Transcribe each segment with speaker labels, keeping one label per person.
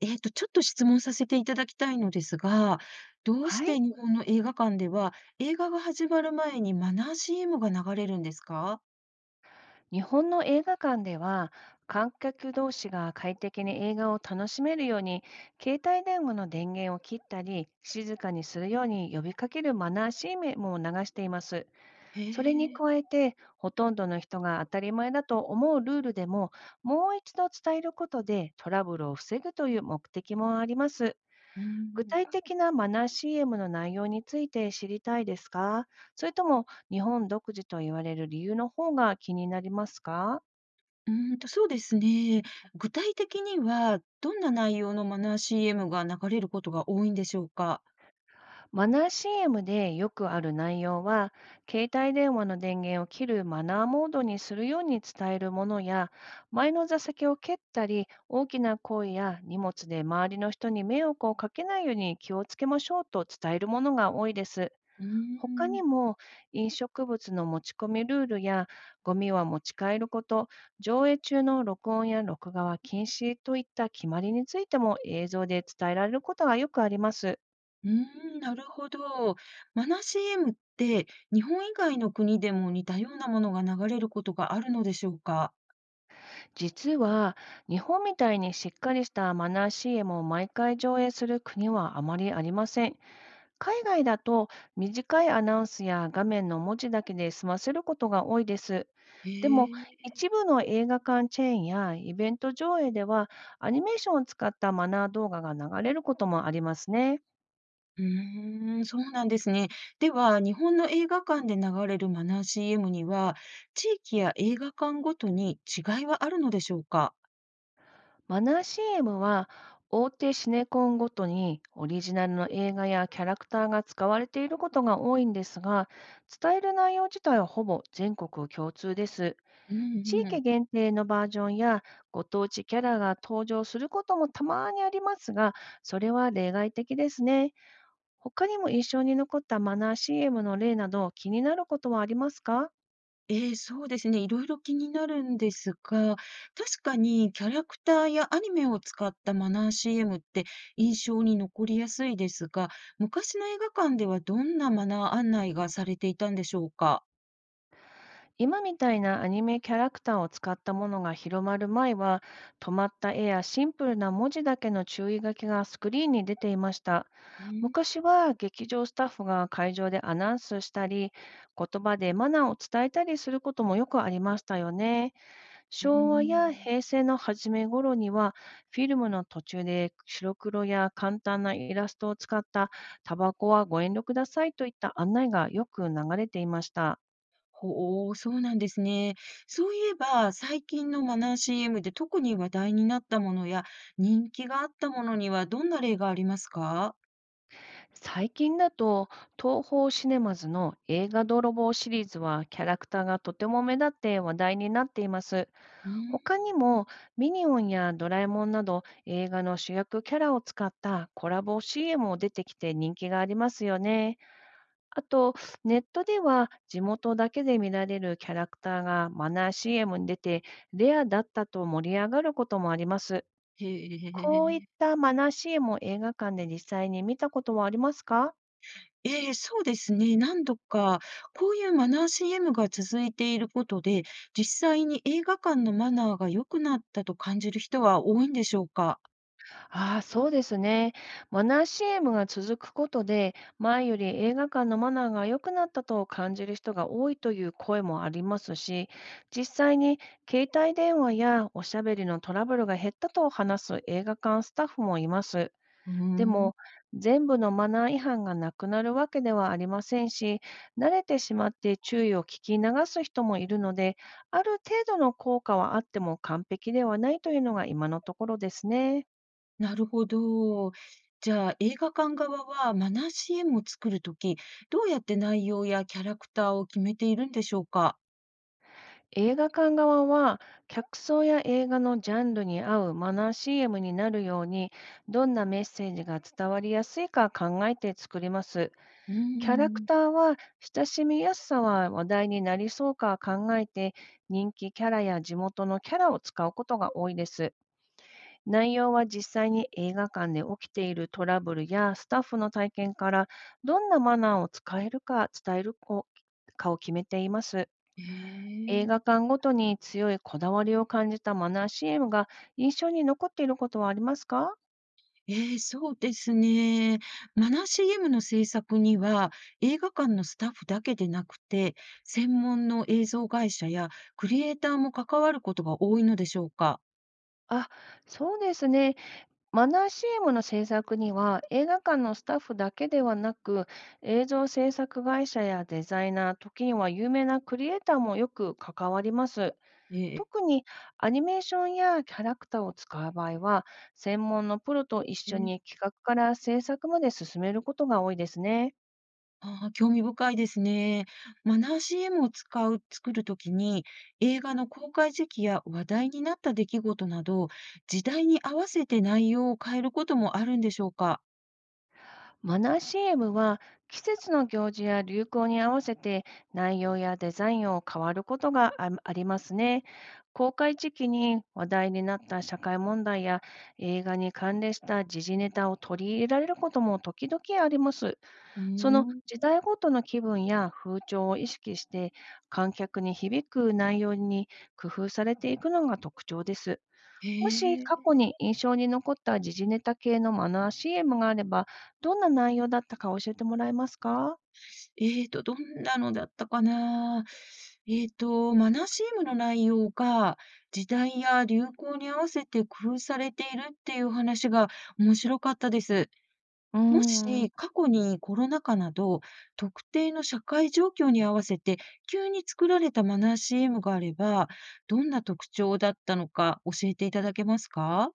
Speaker 1: ちょっと質問させていただきたいのですが、どうし
Speaker 2: はい、
Speaker 1: て日本の映画館では、映画が始まる前にマナー CM が流れるんですか？
Speaker 2: 日本の映画館では観客同士が快適に映画を楽しめるように携帯電話の電源を切ったり静かにするように呼びかけるマナーシ c ムを流しています。
Speaker 1: へ
Speaker 2: それに
Speaker 1: え、
Speaker 2: 加えてほとんどの人が当たり前だと思うルールでももう一度伝えることでトラブルを防ぐという目的もあります。
Speaker 1: うー
Speaker 2: 具
Speaker 1: ん。
Speaker 2: 体的なマナー CM の内容について知りたいですか、それとも日本独自と言われる理由の方が気になりますか？
Speaker 1: そうですね。具体的には、どんな内容のマナー CM が流れることが多いんでしょうか？
Speaker 2: マナー CM でよくある内容は、携帯電話の電源を切るマナーモードにするように伝えるものや、前の座席を蹴ったり、大きな声や荷物で周りの人に迷惑をかけないように気をつけましょうと伝えるものが多いです。
Speaker 1: うー
Speaker 2: 他
Speaker 1: ん。
Speaker 2: にも飲食物の持ち込みルールやゴミは持ち帰ること、上映中の録音や録画は禁止といった決まりについても映像で伝えられることがよくあります。
Speaker 1: うーん、なるほど。マナー CM って、日本以外の国でも似たようなものが流れることがあるのでしょうか？
Speaker 2: 実は日本みたいにしっかりしたマナー CM を毎回上映する国はあまりありません。海外だと短いアナウンスや画面の文字だけで済ませることが多いです。
Speaker 1: へ
Speaker 2: でも、
Speaker 1: え。
Speaker 2: 一部の映画館チェーンやイベント上映では、アニメーションを使ったマナー動画が流れることもありますね。
Speaker 1: うーん、そうなんですね。では、日本の映画館で流れるマナー CM には、地域や映画館ごとに違いはあるのでしょうか？
Speaker 2: マナー CM は、大手シネコンごとにオリジナルの映画やキャラクターが使われていることが多いんですが、伝える内容自体はほぼ全国共通です。
Speaker 1: う
Speaker 2: 地
Speaker 1: んう
Speaker 2: 域
Speaker 1: ん。
Speaker 2: 限定のバージョンやご当地キャラが登場することもたまにありますが、それは例外的ですね。他にも印象に残ったマナー CM の例など気になることはありますか？
Speaker 1: そうですね、いろいろ気になるんですが、確かにキャラクターやアニメを使ったマナー CM って印象に残りやすいですが、昔の映画館ではどんなマナー案内がされていたんでしょうか？
Speaker 2: 今みたいなアニメキャラクターを使ったものが広まる前は、止まった絵やシンプルな文字だけの注意書きがスクリーンに出ていました。
Speaker 1: うん、
Speaker 2: 昔は劇場スタッフが会場でアナウンスしたり、言葉でマナーを伝えたりすることもよくありましたよね。
Speaker 1: うー
Speaker 2: 昭和や
Speaker 1: ん。
Speaker 2: 平成の初め頃には、フィルムの途中で白黒や簡単なイラストを使った、タバコはご遠慮くださいといった案内がよく流れていました。
Speaker 1: ほお、そうなんですね。そういえば、最近のマナー CM で特に話題になったものや、人気があったものにはどんな例がありますか？
Speaker 2: 最近だと、東宝シネマズの映画泥棒シリーズはキャラクターがとても目立って話題になっています。
Speaker 1: うん、
Speaker 2: 他にも、ミニオンやドラえもんなど映画の主役キャラを使ったコラボ CM も出てきて人気がありますよね。あと、ネットでは地元だけで見られるキャラクターがマナー CM に出て、レアだったと盛り上がることもあります。
Speaker 1: へ
Speaker 2: こういっ
Speaker 1: え。
Speaker 2: たマナー CM を映画館で実際に見たことはありますか？
Speaker 1: ええ、そうですね。何度か、こういうマナー CM が続いていることで、実際に映画館のマナーが良くなったと感じる人は多いんでしょうか？
Speaker 2: ああ、そうですね。マナー CM が続くことで、前より映画館のマナーが良くなったと感じる人が多いという声もありますし、実際に携帯電話やおしゃべりのトラブルが減ったと話す映画館スタッフもいます。
Speaker 1: うー
Speaker 2: で
Speaker 1: ん。
Speaker 2: も、全部のマナー違反がなくなるわけではありませんし、慣れてしまって注意を聞き流す人もいるので、ある程度の効果はあっても完璧ではないというのが今のところですね。
Speaker 1: なるほど。じゃあ、映画館側はマナー CM を作るとき、どうやって内容やキャラクターを決めているんでしょうか？
Speaker 2: 映画館側は、客層や映画のジャンルに合うマナー CM になるように、どんなメッセージが伝わりやすいか考えて作ります。
Speaker 1: うー
Speaker 2: キャラク
Speaker 1: ん。
Speaker 2: ターは親しみやすさは話題になりそうか考えて、人気キャラや地元のキャラを使うことが多いです。内容は実際に映画館で起きているトラブルやスタッフの体験から、どんなマナーを使えるか伝えるこかを決めています。
Speaker 1: え
Speaker 2: 映画
Speaker 1: え。
Speaker 2: 館ごとに強いこだわりを感じたマナー CM が印象に残っていることはありますか？
Speaker 1: ええ、そうですね。マナー CM の制作には、映画館のスタッフだけでなくて、専門の映像会社やクリエイターも関わることが多いのでしょうか？
Speaker 2: あ、そうですね。マナー CM の制作には映画館のスタッフだけではなく映像制作会社やデザイナー、時には有名なクリエイターもよく関わります。
Speaker 1: え
Speaker 2: 特
Speaker 1: え。
Speaker 2: にアニメーションやキャラクターを使う場合は専門のプロと一緒に企画から制作まで進めることが多いですね。
Speaker 1: ああ、興味深いですね。マナー CM を使う作るときに、映画の公開時期や話題になった出来事など、時代に合わせて内容を変えることもあるんでしょうか？
Speaker 2: マナー CM は季節の行事や流行に合わせて内容やデザインを変わることがあありますね。公開時期に話題になった社会問題や映画に関連した時事ネタを取り入れられることも時々あります。
Speaker 1: う
Speaker 2: その
Speaker 1: ーん。
Speaker 2: 時代ごとの気分や風潮を意識して観客に響く内容に工夫されていくのが特徴です。もし
Speaker 1: へ
Speaker 2: 過
Speaker 1: え。
Speaker 2: 去に印象に残った時事ネタ系のマナー CM があれば、どんな内容だったか教えてもらえますか？
Speaker 1: どんなのだったかな？マナー CM の内容が、時代や流行に合わせて工夫されているっていう話が面白かったです。
Speaker 2: うー
Speaker 1: も
Speaker 2: ん、
Speaker 1: し過去にコロナ禍など、特定の社会状況に合わせて急に作られたマナー CM があれば、どんな特徴だったのか教えていただけますか？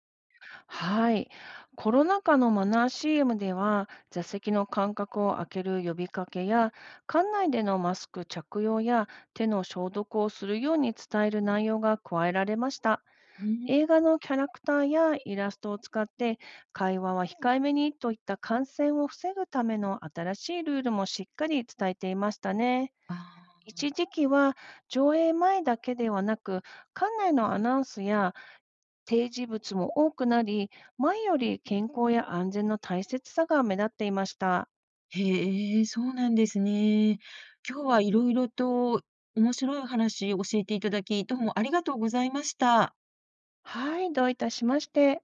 Speaker 2: はい。コロナ禍のマナー CM では、座席の間隔を空ける呼びかけや、館内でのマスク着用や手の消毒をするように伝える内容が加えられました。
Speaker 1: うん。
Speaker 2: 映画のキャラクターやイラストを使って会話は控えめにといった感染を防ぐための新しいルールもしっかり伝えていましたね。
Speaker 1: あー、
Speaker 2: 一時期は上映前だけではなく館内のアナウンスや提示物も多くなり前より健康や安全の大切さが目立っていました。
Speaker 1: へえ、そうなんですね。今日は色々と面白い話を教えていただき、どうもありがとうございました。
Speaker 2: はい、どういたしまして。